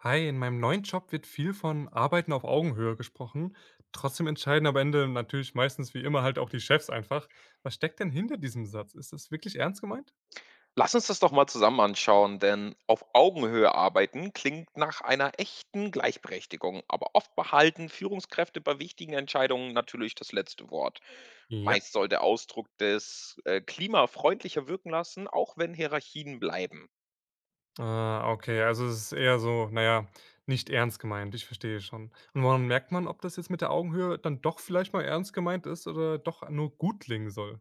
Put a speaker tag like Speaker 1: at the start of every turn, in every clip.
Speaker 1: Hi, in meinem neuen Job wird viel von Arbeiten auf Augenhöhe gesprochen. Trotzdem entscheiden am Ende natürlich meistens wie immer halt auch die Chefs einfach. Was steckt denn hinter diesem Satz? Ist das wirklich ernst gemeint?
Speaker 2: Lass uns das doch mal zusammen anschauen, denn auf Augenhöhe arbeiten klingt nach einer echten Gleichberechtigung, aber oft behalten Führungskräfte bei wichtigen Entscheidungen natürlich das letzte Wort.
Speaker 1: Ja.
Speaker 2: Meist soll der Ausdruck des Klima freundlicher wirken lassen, auch wenn Hierarchien bleiben.
Speaker 1: Ah, okay, also es ist eher so, naja, nicht ernst gemeint, ich verstehe schon. Und woran merkt man, ob das jetzt mit der Augenhöhe dann doch vielleicht mal ernst gemeint ist oder doch nur gut klingen soll?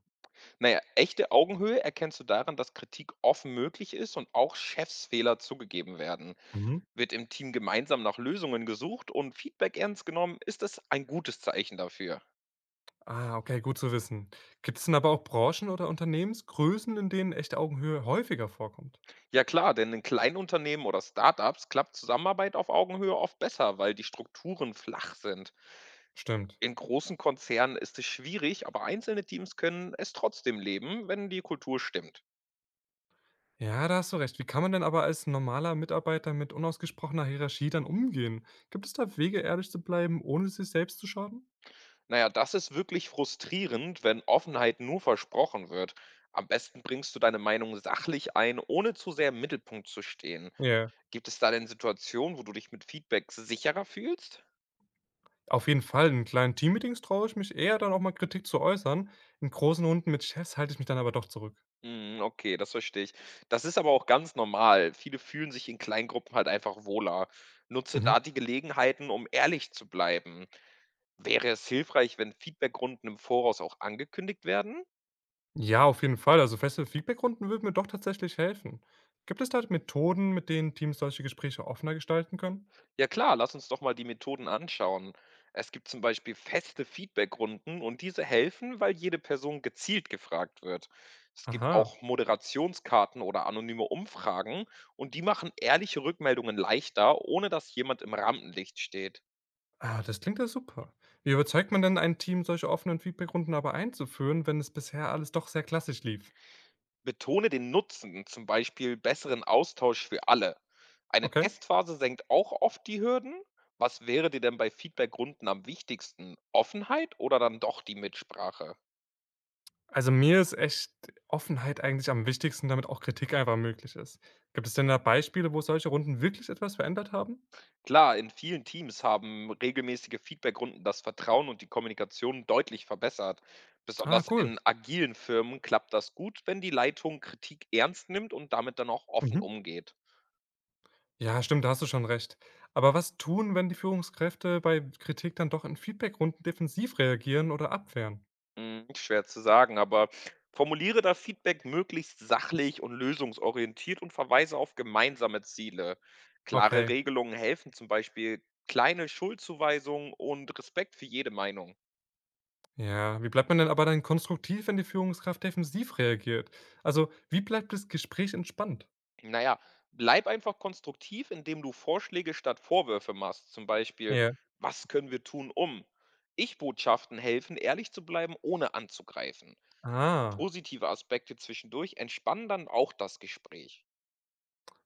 Speaker 2: Naja, echte Augenhöhe erkennst du daran, dass Kritik offen möglich ist und auch Chefsfehler zugegeben werden.
Speaker 1: Mhm.
Speaker 2: Wird im Team gemeinsam nach Lösungen gesucht und Feedback ernst genommen, ist es ein gutes Zeichen dafür.
Speaker 1: Ah, okay, gut zu wissen. Gibt es denn aber auch Branchen oder Unternehmensgrößen, in denen echte Augenhöhe häufiger vorkommt?
Speaker 2: Ja klar, denn in Kleinunternehmen oder Startups klappt Zusammenarbeit auf Augenhöhe oft besser, weil die Strukturen flach sind.
Speaker 1: Stimmt.
Speaker 2: In großen Konzernen ist es schwierig, aber einzelne Teams können es trotzdem leben, wenn die Kultur stimmt.
Speaker 1: Ja, da hast du recht. Wie kann man denn aber als normaler Mitarbeiter mit unausgesprochener Hierarchie dann umgehen? Gibt es da Wege, ehrlich zu bleiben, ohne sich selbst zu schaden?
Speaker 2: Naja, das ist wirklich frustrierend, wenn Offenheit nur versprochen wird. Am besten bringst du deine Meinung sachlich ein, ohne zu sehr im Mittelpunkt zu stehen.
Speaker 1: Ja,
Speaker 2: Gibt es da denn Situationen, wo du dich mit Feedback sicherer fühlst?
Speaker 1: auf jeden Fall. In kleinen Teammeetings traue ich mich eher, dann auch mal Kritik zu äußern. In großen Runden mit Chefs halte ich mich dann aber doch zurück.
Speaker 2: Mhm, okay, das verstehe ich. Das ist aber auch ganz normal. Viele fühlen sich in Kleingruppen halt einfach wohler. Nutze
Speaker 1: Mhm.
Speaker 2: da die Gelegenheiten, um ehrlich zu bleiben. Wäre es hilfreich, wenn Feedbackrunden im Voraus auch angekündigt werden?
Speaker 1: Ja, auf jeden Fall. Also feste Feedbackrunden würden mir doch tatsächlich helfen. Gibt es da Methoden, mit denen Teams solche Gespräche offener gestalten können?
Speaker 2: Ja klar, lass uns doch mal die Methoden anschauen. Es gibt zum Beispiel feste Feedbackrunden und diese helfen, weil jede Person gezielt gefragt wird. Es gibt
Speaker 1: Aha.
Speaker 2: auch Moderationskarten oder anonyme Umfragen und die machen ehrliche Rückmeldungen leichter, ohne dass jemand im Rampenlicht steht.
Speaker 1: Ah, das klingt ja super. Wie überzeugt man denn ein Team, solche offenen Feedbackrunden aber einzuführen, wenn es bisher alles doch sehr klassisch lief?
Speaker 2: Betone den Nutzen, zum Beispiel besseren Austausch für alle. Eine
Speaker 1: Okay.
Speaker 2: Testphase senkt auch oft die Hürden. Was wäre dir denn bei Feedbackrunden am wichtigsten? Offenheit oder dann doch die Mitsprache?
Speaker 1: Also mir ist echt Offenheit eigentlich am wichtigsten, damit auch Kritik einfach möglich ist. Gibt es denn da Beispiele, wo solche Runden wirklich etwas verändert haben?
Speaker 2: Klar, in vielen Teams haben regelmäßige Feedbackrunden das Vertrauen und die Kommunikation deutlich verbessert.
Speaker 1: Ah,
Speaker 2: Besonders
Speaker 1: cool.
Speaker 2: in agilen Firmen klappt das gut, wenn die Leitung Kritik ernst nimmt und damit dann auch offen
Speaker 1: Mhm.
Speaker 2: umgeht.
Speaker 1: Ja, stimmt, da hast du schon recht. Aber was tun, wenn die Führungskräfte bei Kritik dann doch in Feedbackrunden defensiv reagieren oder abwehren?
Speaker 2: Hm, schwer zu sagen, aber formuliere das Feedback möglichst sachlich und lösungsorientiert und verweise auf gemeinsame Ziele. Klare
Speaker 1: Okay.
Speaker 2: Regelungen helfen zum Beispiel kleine Schuldzuweisungen und Respekt für jede Meinung.
Speaker 1: Ja, wie bleibt man denn aber dann konstruktiv, wenn die Führungskraft defensiv reagiert? Also, wie bleibt das Gespräch entspannt?
Speaker 2: Naja, bleib einfach konstruktiv, indem du Vorschläge statt Vorwürfe machst. Zum Beispiel,
Speaker 1: Ja.
Speaker 2: was können wir tun, um? Ich-Botschaften helfen, ehrlich zu bleiben, ohne anzugreifen.
Speaker 1: Ah,
Speaker 2: Positive Aspekte zwischendurch entspannen dann auch das Gespräch.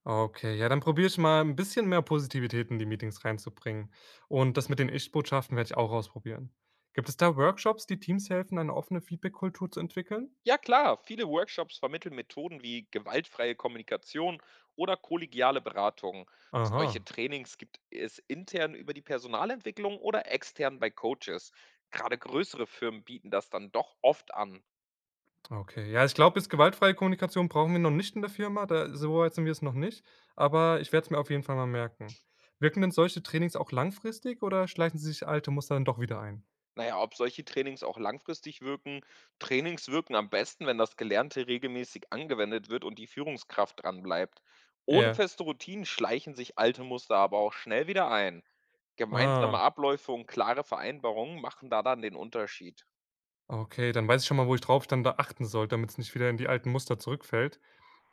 Speaker 1: okay. Ja, dann probiere ich mal ein bisschen mehr Positivität in die Meetings reinzubringen. Und das mit den Ich-Botschaften werde ich auch ausprobieren. Gibt es da Workshops, die Teams helfen, eine offene Feedback-Kultur zu entwickeln?
Speaker 2: Ja klar, viele Workshops vermitteln Methoden wie gewaltfreie Kommunikation oder kollegiale Beratung. Solche
Speaker 1: Aha.
Speaker 2: Trainings gibt es intern über die Personalentwicklung oder extern bei Coaches. Gerade größere Firmen bieten das dann doch oft an.
Speaker 1: Okay. Ja, ich glaube, bis gewaltfreie Kommunikation brauchen wir noch nicht in der Firma, da so weit sind wir es noch nicht, aber ich werde es mir auf jeden Fall mal merken. Wirken denn solche Trainings auch langfristig oder schleichen sie sich alte Muster dann doch wieder ein?
Speaker 2: Na ja, ob solche Trainings auch langfristig wirken? Trainings wirken am besten, wenn das Gelernte regelmäßig angewendet wird und die Führungskraft dran bleibt. Ohne
Speaker 1: Ja.
Speaker 2: feste Routinen schleichen sich alte Muster aber auch schnell wieder ein. Gemeinsame
Speaker 1: Ah.
Speaker 2: Abläufe und klare Vereinbarungen machen da dann den Unterschied.
Speaker 1: Okay, dann weiß ich schon mal, wo ich drauf dann da achten soll, damit es nicht wieder in die alten Muster zurückfällt.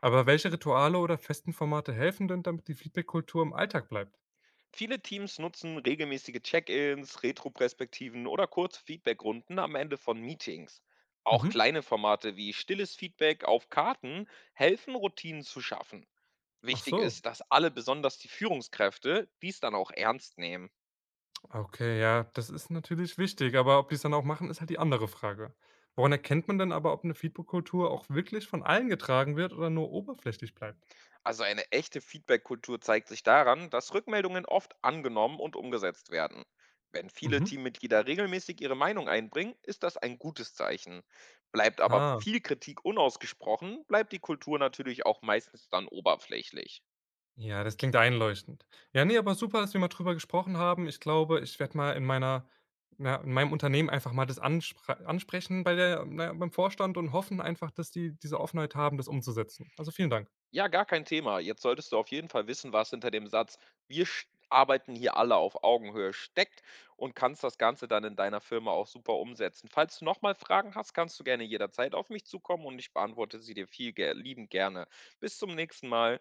Speaker 1: Aber welche Rituale oder festen Formate helfen denn, damit die Feedback-Kultur im Alltag bleibt?
Speaker 2: Viele Teams nutzen regelmäßige Check-ins, Retroperspektiven oder kurze Feedbackrunden am Ende von Meetings. Auch
Speaker 1: Mhm.
Speaker 2: kleine Formate wie stilles Feedback auf Karten helfen, Routinen zu schaffen.
Speaker 1: Ach
Speaker 2: Wichtig
Speaker 1: so.
Speaker 2: ist, dass alle, besonders die Führungskräfte, dies dann auch ernst nehmen.
Speaker 1: Okay, ja, das ist natürlich wichtig, aber ob die es dann auch machen, ist halt die andere Frage. Woran erkennt man denn aber, ob eine Feedback-Kultur auch wirklich von allen getragen wird oder nur oberflächlich bleibt?
Speaker 2: Also eine echte Feedback-Kultur zeigt sich daran, dass Rückmeldungen oft angenommen und umgesetzt werden. Wenn viele
Speaker 1: Mhm.
Speaker 2: Teammitglieder regelmäßig ihre Meinung einbringen, ist das ein gutes Zeichen. Bleibt aber
Speaker 1: Ah,
Speaker 2: viel Kritik unausgesprochen, bleibt die Kultur natürlich auch meistens dann oberflächlich.
Speaker 1: ja, das klingt einleuchtend. Ja, nee, aber super, dass wir mal drüber gesprochen haben. Ich glaube, ich werde mal in meiner, na ja, in meinem Unternehmen einfach mal das ansprechen bei der, na ja, beim Vorstand und hoffen einfach, dass die diese Offenheit haben, das umzusetzen. Also, vielen Dank.
Speaker 2: Ja, gar kein Thema. Jetzt solltest du auf jeden Fall wissen, was hinter dem Satz „Wir sch arbeiten hier alle auf Augenhöhe“ steckt und kannst das Ganze dann in deiner Firma auch super umsetzen. Falls du nochmal Fragen hast, kannst du gerne jederzeit auf mich zukommen und ich beantworte sie dir viel ge liebend gerne. Bis zum nächsten Mal.